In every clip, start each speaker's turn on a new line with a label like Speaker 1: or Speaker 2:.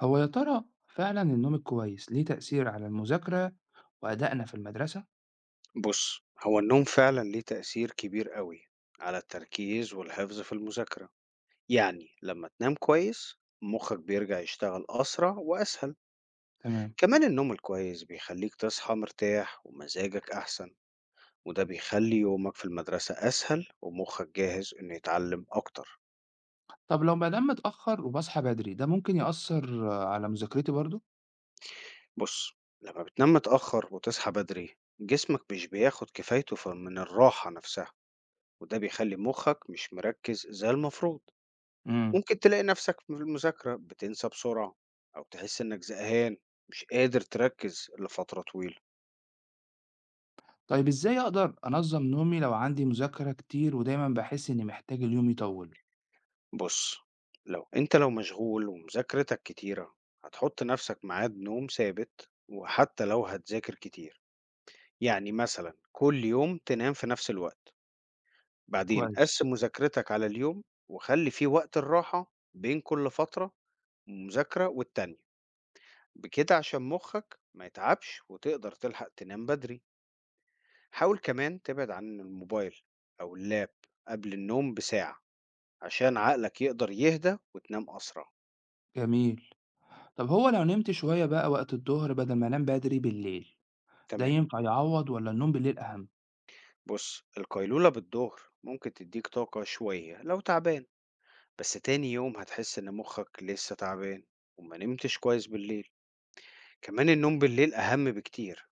Speaker 1: هو يا ترى فعلا النوم الكويس ليه تأثير على المذاكرة وأدائنا في المدرسة؟
Speaker 2: بص، هو النوم فعلا ليه تأثير كبير قوي على التركيز والحفظ في المذاكرة. يعني لما تنام كويس مخك بيرجع يشتغل أسرع وأسهل.
Speaker 1: تمام.
Speaker 2: كمان النوم الكويس بيخليك تصحى مرتاح ومزاجك أحسن، وده بيخلي يومك في المدرسة أسهل ومخك جاهز إنه يتعلم أكتر.
Speaker 1: طب لو بنام متأخر وبصحى بدري ده ممكن يأثر على مذاكرتي برضو؟
Speaker 2: بص، لما بتنام متأخر وتصحى بدري جسمك مش بياخد كفايته من الراحة نفسها، وده بيخلي مخك مش مركز زي المفروض.
Speaker 1: امم.
Speaker 2: ممكن تلاقي نفسك في المذاكرة بتنسى بسرعة، أو تحس إنك زهقان مش قادر تركز لفترة طويلة.
Speaker 1: طيب إزاي أقدر أنظم نومي لو عندي مذاكرة كتير ودايما بحس إني محتاج اليوم يطول؟
Speaker 2: بص، لو أنت لو مشغول ومذاكرتك كتيرة هتحط نفسك ميعاد نوم ثابت، وحتى لو هتذاكر كتير، يعني مثلا كل يوم تنام في نفس الوقت. بعدين
Speaker 1: كويس.
Speaker 2: قسم مذاكرتك على اليوم وخلي فيه وقت الراحة بين كل فترة مذاكرة والتانية، بكده عشان مخك ما يتعبش وتقدر تلحق تنام بدري. حاول كمان تبعد عن الموبايل أو اللاب قبل النوم بساعة، عشان عقلك يقدر يهدى وتنام أسرع.
Speaker 1: جميل. طب هو لو نمت شوية بقى وقت الظهر بدل ما أنام بدري بالليل ده
Speaker 2: تمام.
Speaker 1: ينفع يعوض ولا النوم بالليل أهم؟
Speaker 2: بص، القيلولة بالظهر ممكن تديك طاقة شوية لو تعبان، بس تاني يوم هتحس إن مخك لسه تعبان وما نمتش كويس بالليل. كمان النوم بالليل أهم بكتير،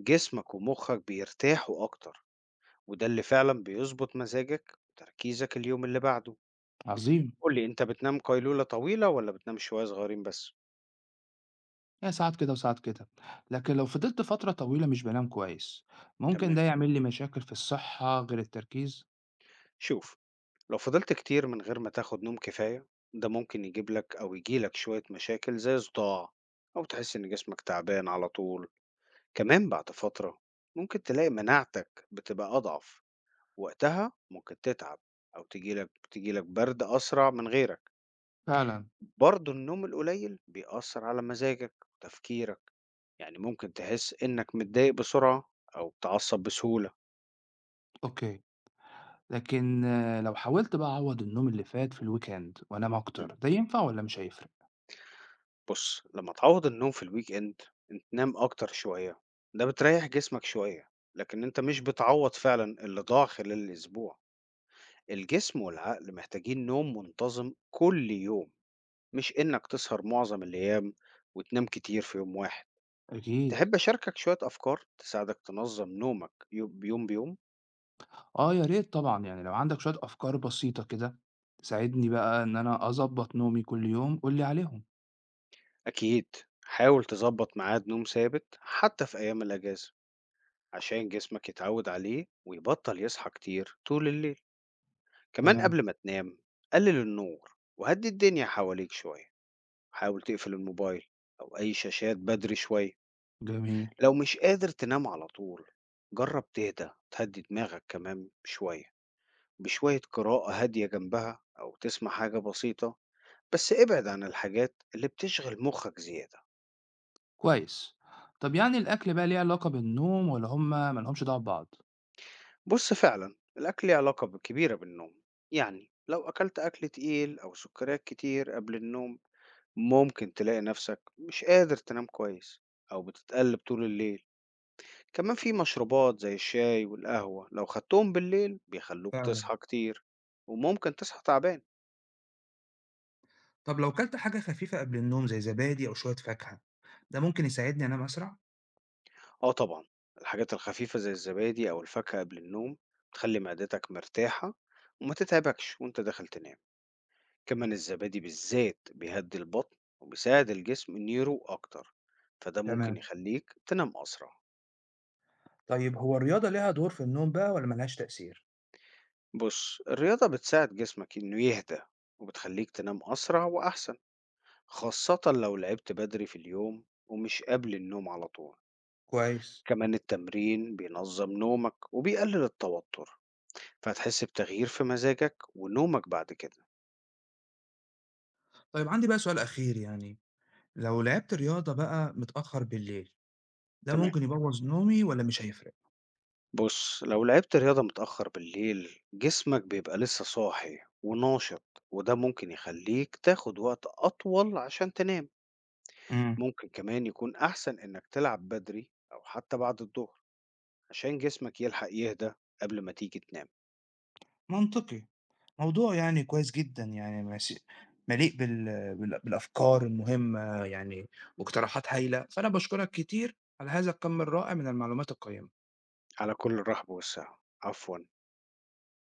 Speaker 2: جسمك ومخك بيرتاحوا أكتر، وده اللي فعلا بيظبط مزاجك وتركيزك اليوم اللي بعده.
Speaker 1: عظيم.
Speaker 2: قولي أنت بتنام قيلولة طويلة ولا بتنام شوية صغيرين بس؟
Speaker 1: هي ساعات كده وساعات كده، لكن لو فضلت فترة طويلة مش بنام كويس ممكن
Speaker 2: تمام.
Speaker 1: ده يعمل لي مشاكل في الصحة غير التركيز.
Speaker 2: شوف، لو فضلت كتير من غير ما تاخد نوم كفاية، ده ممكن يجيب لك أو يجيلك شوية مشاكل زي صداع، أو تحس إن جسمك تعبان على طول. كمان بعد فترة ممكن تلاقي مناعتك بتبقى أضعف، وقتها ممكن تتعب أو تجيلك برد أسرع من غيرك.
Speaker 1: فعلا.
Speaker 2: برضه النوم القليل بيأثر على مزاجك وتفكيرك، يعني ممكن تحس إنك متضايق بسرعة أو بتعصب بسهولة.
Speaker 1: أوكي. لكن لو حاولت بقى أعوض النوم اللي فات في الويكند وأنام أكتر ده ينفع ولا مش هيفرق؟
Speaker 2: بُص، لمّا تعوّض النوم في الweekend إن تنام أكتر شوية، ده بتريّح جسمك شوية، لكن أنت مش بتعوّض فعلًا اللي ضاع خلال الأسبوع. الجسم والعقل محتاجين نوم منتظم كل يوم، مش إنك تسهر معظم الأيام وتنام كتير في يوم واحد.
Speaker 1: أكيد.
Speaker 2: تحب أشاركك شوية أفكار تساعدك تنظم نومك يوم بيوم؟
Speaker 1: آه يا ريت طبعا، يعني لو عندك شوية أفكار بسيطة كده تساعدني بقى إن أنا أظبط نومي كل يوم قولي عليهم.
Speaker 2: أكيد، حاول تضبط ميعاد نوم ثابت حتى في أيام الأجازة، عشان جسمك يتعود عليه ويبطل يصحى كتير طول الليل. كمان
Speaker 1: تمام.
Speaker 2: قبل ما تنام قلل النور وهدي الدنيا حواليك شوية. حاول تقفل الموبايل أو أي شاشات بدري شوية.
Speaker 1: جميل.
Speaker 2: لو مش قادر تنام على طول، جرب تهدي دماغك كمان شوية، بشوية قراءة هادية جنبها أو تسمع حاجة بسيطة، بس ابعد عن الحاجات اللي بتشغل مخك زيادة.
Speaker 1: كويس. طب يعني الأكل بقى ليه علاقة بالنوم ولا هما ملهمش دعوة ببعض؟
Speaker 2: بص، فعلا الأكل ليه علاقة كبيرة بالنوم. يعني لو أكلت أكل تقيل أو سكريات كتير قبل النوم، ممكن تلاقي نفسك مش قادر تنام كويس أو بتتقلب طول الليل. كمان في مشروبات زي الشاي والقهوة لو خدتهم بالليل بيخلوك
Speaker 1: فعلا.
Speaker 2: تصحى كتير، وممكن تصحى تعبان.
Speaker 1: طب لو كلت حاجة خفيفة قبل النوم زي زبادي أو شوية فاكهة ده ممكن يساعدني أنام أسرع؟
Speaker 2: اه طبعا، الحاجات الخفيفة زي الزبادي أو الفاكهة قبل النوم بتخلي معدتك مرتاحة وما تتعبكش وانت داخل تنام. كمان الزبادي بالذات بيهدي البطن وبيساعد الجسم انه يروق أكتر، فده ممكن
Speaker 1: تمام.
Speaker 2: يخليك تنام أسرع.
Speaker 1: طيب هو الرياضة ليها دور في النوم بقى ولا ملهاش تأثير؟
Speaker 2: بص، الرياضة بتساعد جسمك إنه يهدى وبتخليك تنام أسرع وأحسن، خاصة لو لعبت بدري في اليوم ومش قبل النوم على طول.
Speaker 1: كويس.
Speaker 2: كمان التمرين بينظم نومك وبيقلل التوتر، فهتحس بتغيير في مزاجك ونومك بعد كده.
Speaker 1: طيب عندي بقى سؤال أخير، يعني لو لعبت رياضة بقى متأخر بالليل ده
Speaker 2: تمام.
Speaker 1: ممكن يبوظ نومي ولا مش هيفرق؟
Speaker 2: بص، لو لعبت رياضة متأخر بالليل جسمك بيبقى لسه صاحي وناشط، وده ممكن يخليك تاخد وقت أطول عشان تنام.
Speaker 1: امم.
Speaker 2: ممكن كمان يكون أحسن إنك تلعب بدري أو حتى بعد الظهر، عشان جسمك يلحق يهدى قبل ما تيجي تنام.
Speaker 1: منطقي. موضوع يعني كويس جدا، يعني مليء بالأفكار المهمة يعني، واقتراحات هايلة فأنا بشكرك كتير على هذا الكم الرائع من المعلومات القيمة.
Speaker 2: على كل الرحب والسعة، عفوا.